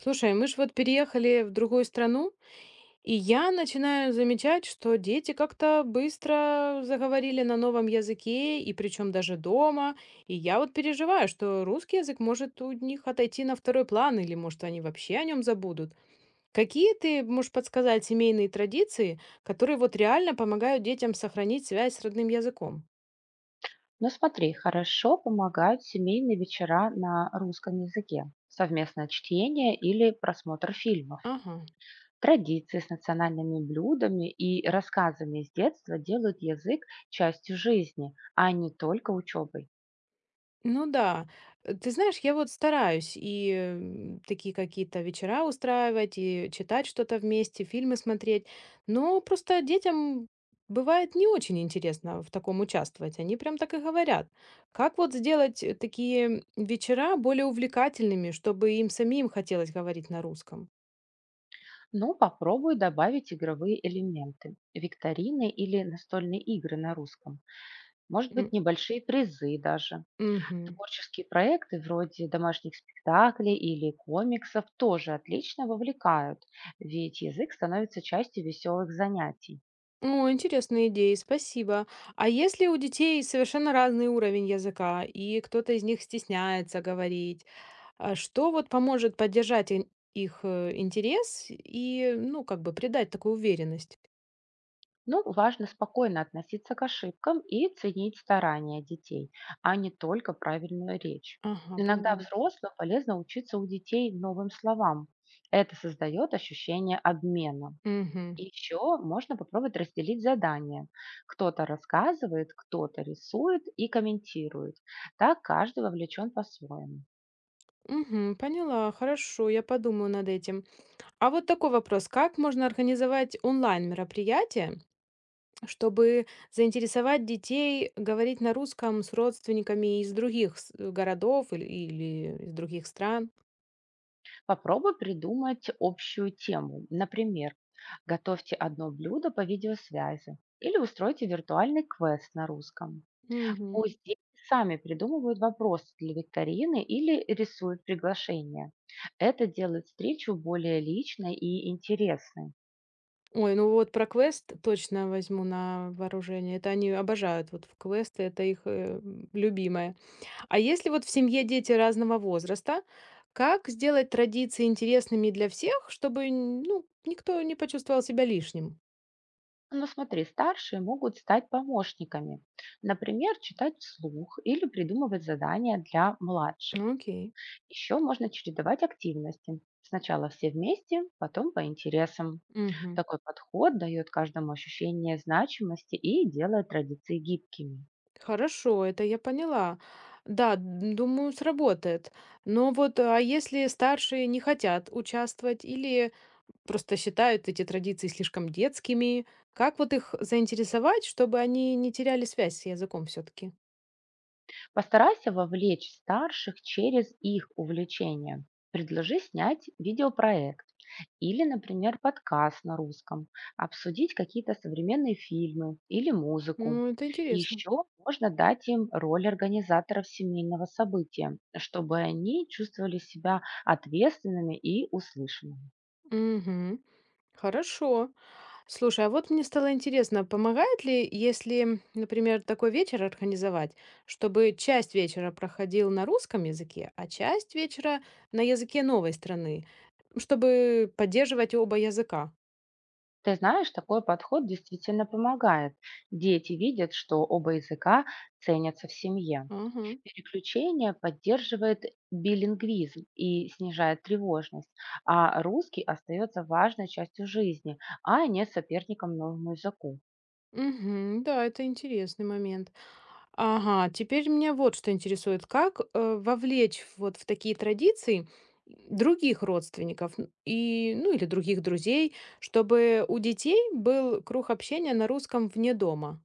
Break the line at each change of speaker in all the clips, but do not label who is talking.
Слушай, мы ж вот переехали в другую страну, и я начинаю замечать, что дети как-то быстро заговорили на новом языке, и причем даже дома. И я вот переживаю, что русский язык может у них отойти на второй план, или, может, они вообще о нем забудут. Какие ты можешь подсказать семейные традиции, которые вот реально помогают детям сохранить связь с родным языком?
Ну смотри, хорошо помогают семейные вечера на русском языке, совместное чтение или просмотр фильмов.
Ага.
Традиции с национальными блюдами и рассказами из детства делают язык частью жизни, а не только учебой.
Ну да. Ты знаешь, я вот стараюсь и такие какие-то вечера устраивать, и читать что-то вместе, фильмы смотреть. Но просто детям бывает не очень интересно в таком участвовать. Они прям так и говорят: "Как вот сделать, такие вечера более увлекательными, чтобы им самим хотелось говорить на русском?"
Ну, попробуй добавить игровые элементы, викторины или настольные игры на русском. Может
М,
быть, небольшие призы даже.
Мгм.
Творческие проекты вроде домашних спектаклей или комиксов тоже отлично вовлекают, ведь язык становится частью веселых занятий.
О, интересные идеи, спасибо. А если у детей совершенно разный уровень языка, и кто-то из них стесняется говорить? А что вот поможет поддержать их интерес и, ну, как бы придать такую уверенность?
Ну, важно спокойно относиться к ошибкам и ценить старания детей, а не только правильную речь.
Ага,
Иногда
поняла.
взрослым полезно учиться у детей новым словам. Это создает ощущение обмена.
Угу.
И еще можно попробовать разделить задания. Кто-то рассказывает, кто-то рисует и комментирует. Так каждый вовлечен по-своему.
Угу, поняла, хорошо, я подумаю над этим. А вот такой вопрос, как можно организовать онлайн-мероприятие, чтобы заинтересовать детей говорить на русском с родственниками из других городов или из других стран?
Попробуй придумать общую тему. Например, готовьте одно блюдо по видеосвязи или устройте виртуальный квест на русском.
Угу.
Пусть дети сами придумывают вопросы для викторины или рисуют приглашение. Это делает встречу более личной и интересной.
Ой, ну вот про квест точно возьму на вооружение. Это они обожают вот в квесты, это их любимое. А если вот в семье дети разного возраста, как сделать традиции интересными для всех, чтобы ну, никто не почувствовал себя лишним?
Ну смотри, старшие могут стать помощниками. Например, читать вслух или придумывать задания для младших.
Окей.
Еще можно чередовать активности. Сначала все вместе, потом по интересам.
Мгм.
Такой подход дает каждому ощущение значимости и делает традиции гибкими.
Хорошо, это я поняла. Да, думаю, сработает. Но вот, а если старшие не хотят участвовать или просто считают эти традиции слишком детскими. Как вот их заинтересовать, чтобы они не теряли связь с языком все-таки?
Постарайся вовлечь старших через их увлечение. Предложи снять видеопроект или, например, подкаст на русском, обсудить какие-то современные фильмы или музыку.
Ну, это интересно.
Еще можно дать им роль организаторов семейного события, чтобы они чувствовали себя ответственными и услышанными.
Мгм. Хорошо. Слушай, а вот мне стало интересно, помогает ли, если, например, такой вечер организовать, чтобы часть вечера проходил на русском языке, а часть вечера на языке новой страны, чтобы поддерживать оба языка?
Ты знаешь, такой подход действительно помогает. Дети видят, что оба языка ценятся в семье.
Ага.
Переключение поддерживает билингвизм и снижает тревожность, а русский остается важной частью жизни, а не соперником новому языку.
Мгм. Да, это интересный момент. Ага, теперь меня вот что интересует. Как вовлечь вот в такие традиции других родственников, н и, ну, или других друзей, чтобы у детей был круг общения на русском вне дома?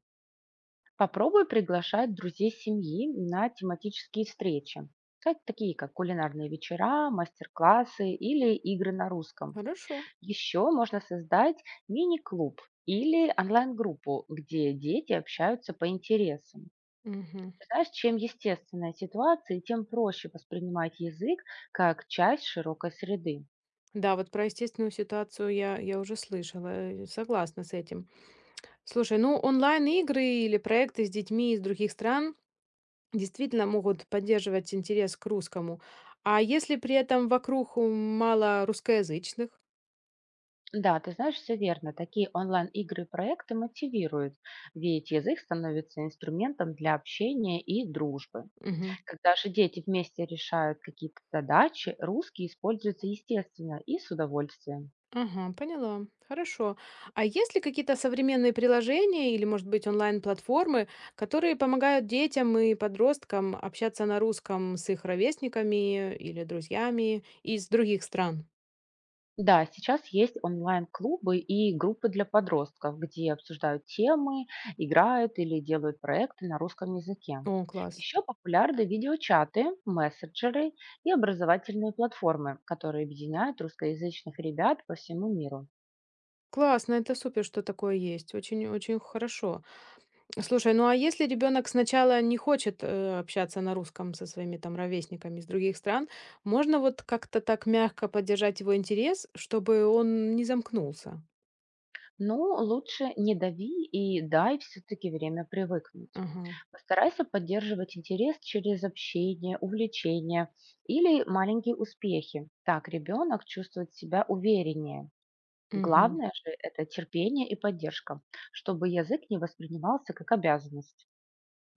Попробуй приглашать друзей семьи на тематические встречи, такие как кулинарные вечера, мастер-классы или игры на русском.
Хорошо.
Еще можно создать мини-клуб или онлайн-группу, где дети общаются по интересам.
Мгм.
Ты знаешь, чем естественная ситуация, тем проще воспринимать язык как часть широкой среды.
Да, вот про естественную ситуацию я уже слышала, согласна с этим. Слушай, ну, онлайн-игры или проекты с детьми из других стран действительно могут поддерживать интерес к русскому. А если при этом вокруг, мало русскоязычных?
Да, ты знаешь, все верно. Такие онлайн-игры и проекты мотивируют, ведь язык становится инструментом для общения и дружбы.
Мгм.
Когда же дети вместе решают какие-то задачи, русский используется естественно и с удовольствием.
Ага, поняла. Хорошо. А есть ли какие-то современные приложения или, может быть, онлайн-платформы, которые помогают детям и подросткам общаться на русском с их ровесниками или друзьями из других стран?
Да, сейчас есть онлайн-клубы и группы для подростков, где обсуждают темы, играют или делают проекты на русском языке.
О, класс.
Еще популярны видеочаты, мессенджеры и образовательные платформы, которые объединяют русскоязычных ребят по всему миру.
Классно, это супер, что такое есть. Очень-очень хорошо. Слушай, ну а если ребенок сначала не хочет общаться на русском со своими там ровесниками из других стран, можно вот как-то так мягко поддержать его интерес, чтобы он не замкнулся?
Ну, лучше не дави и дай все-таки время привыкнуть.
Ага,
Постарайся поддерживать интерес через общение, увлечение или маленькие успехи. Так ребенок чувствует себя увереннее.
мгм.
Главное же– это терпение и поддержка, чтобы язык не воспринимался как обязанность.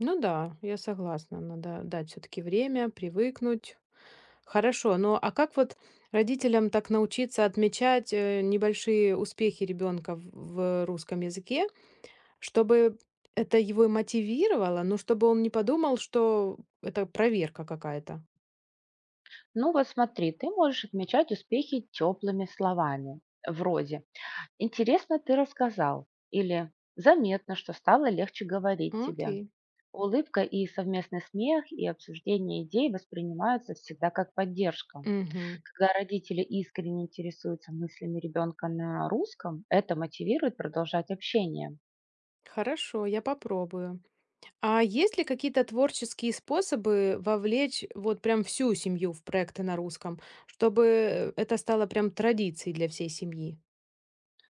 Ну да, я согласна, надо дать все таки время, привыкнуть. Хорошо, но а как вот родителям так научиться отмечать, небольшие успехи ребенка в русском языке, чтобы это его и мотивировало, но чтобы он не подумал, что это проверка какая-то?
Ну вот смотри, ты можешь отмечать успехи теплыми словами, вроде «интересно ты рассказал» или «заметно, что стало легче говорить тебе».
Окей.
Улыбка и совместный смех и обсуждение идей воспринимаются всегда как поддержка.
Мгм.
Когда родители искренне интересуются мыслями ребенка на русском, это мотивирует продолжать общение.
Хорошо, я попробую. А есть ли какие-то творческие способы вовлечь вот прям всю семью в проекты на русском, чтобы это стало прям традицией для всей семьи?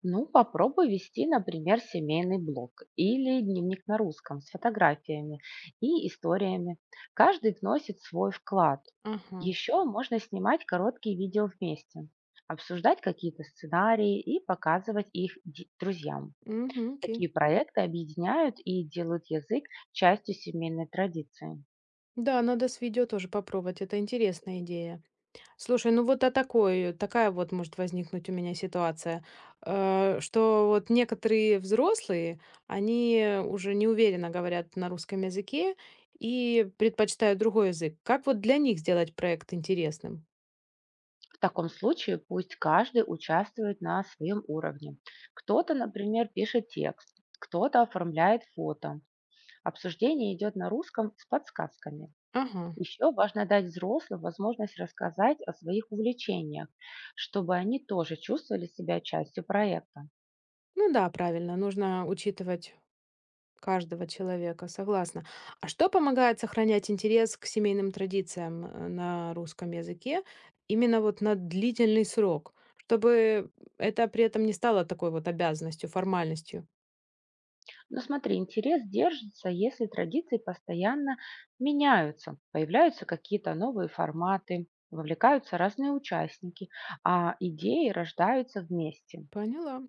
Ну, попробуй вести, например, семейный блог или дневник на русском с фотографиями и историями. Каждый вносит свой вклад.
Ага.
Еще можно снимать короткие видео вместе, обсуждать какие-то сценарии и показывать их друзьям.
Мгм, окей.
Такие проекты объединяют и делают язык частью семейной традиции.
Да, надо с видео тоже попробовать. Это интересная идея. Слушай, ну вот а такая вот может возникнуть у меня ситуация, что вот некоторые взрослые, они уже неуверенно говорят на русском языке и предпочитают другой язык. Как вот для них сделать проект интересным?
В таком случае пусть каждый участвует на своем уровне. Кто-то, например, пишет текст, кто-то оформляет фото, обсуждение идет на русском с подсказками.
Ага.
Еще важно дать взрослым возможность рассказать о своих увлечениях, чтобы они тоже чувствовали себя частью проекта.
Ну да, правильно, нужно учитывать каждого человека, согласна. А что помогает сохранять интерес к семейным традициям на русском языке именно вот на длительный срок, чтобы это при этом не стало такой вот обязанностью, формальностью?
Но смотри, интерес держится, если традиции постоянно меняются, появляются какие-то новые форматы, вовлекаются разные участники, а идеи рождаются вместе.
Поняла.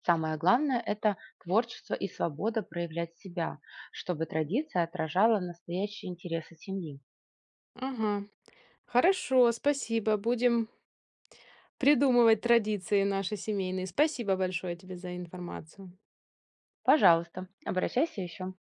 Самое главное– это творчество и свобода проявлять себя, чтобы традиция отражала настоящие интересы семьи.
Ага. Хорошо, спасибо. Будем придумывать традиции наши семейные. Спасибо большое тебе за информацию.
Пожалуйста, обращайся еще.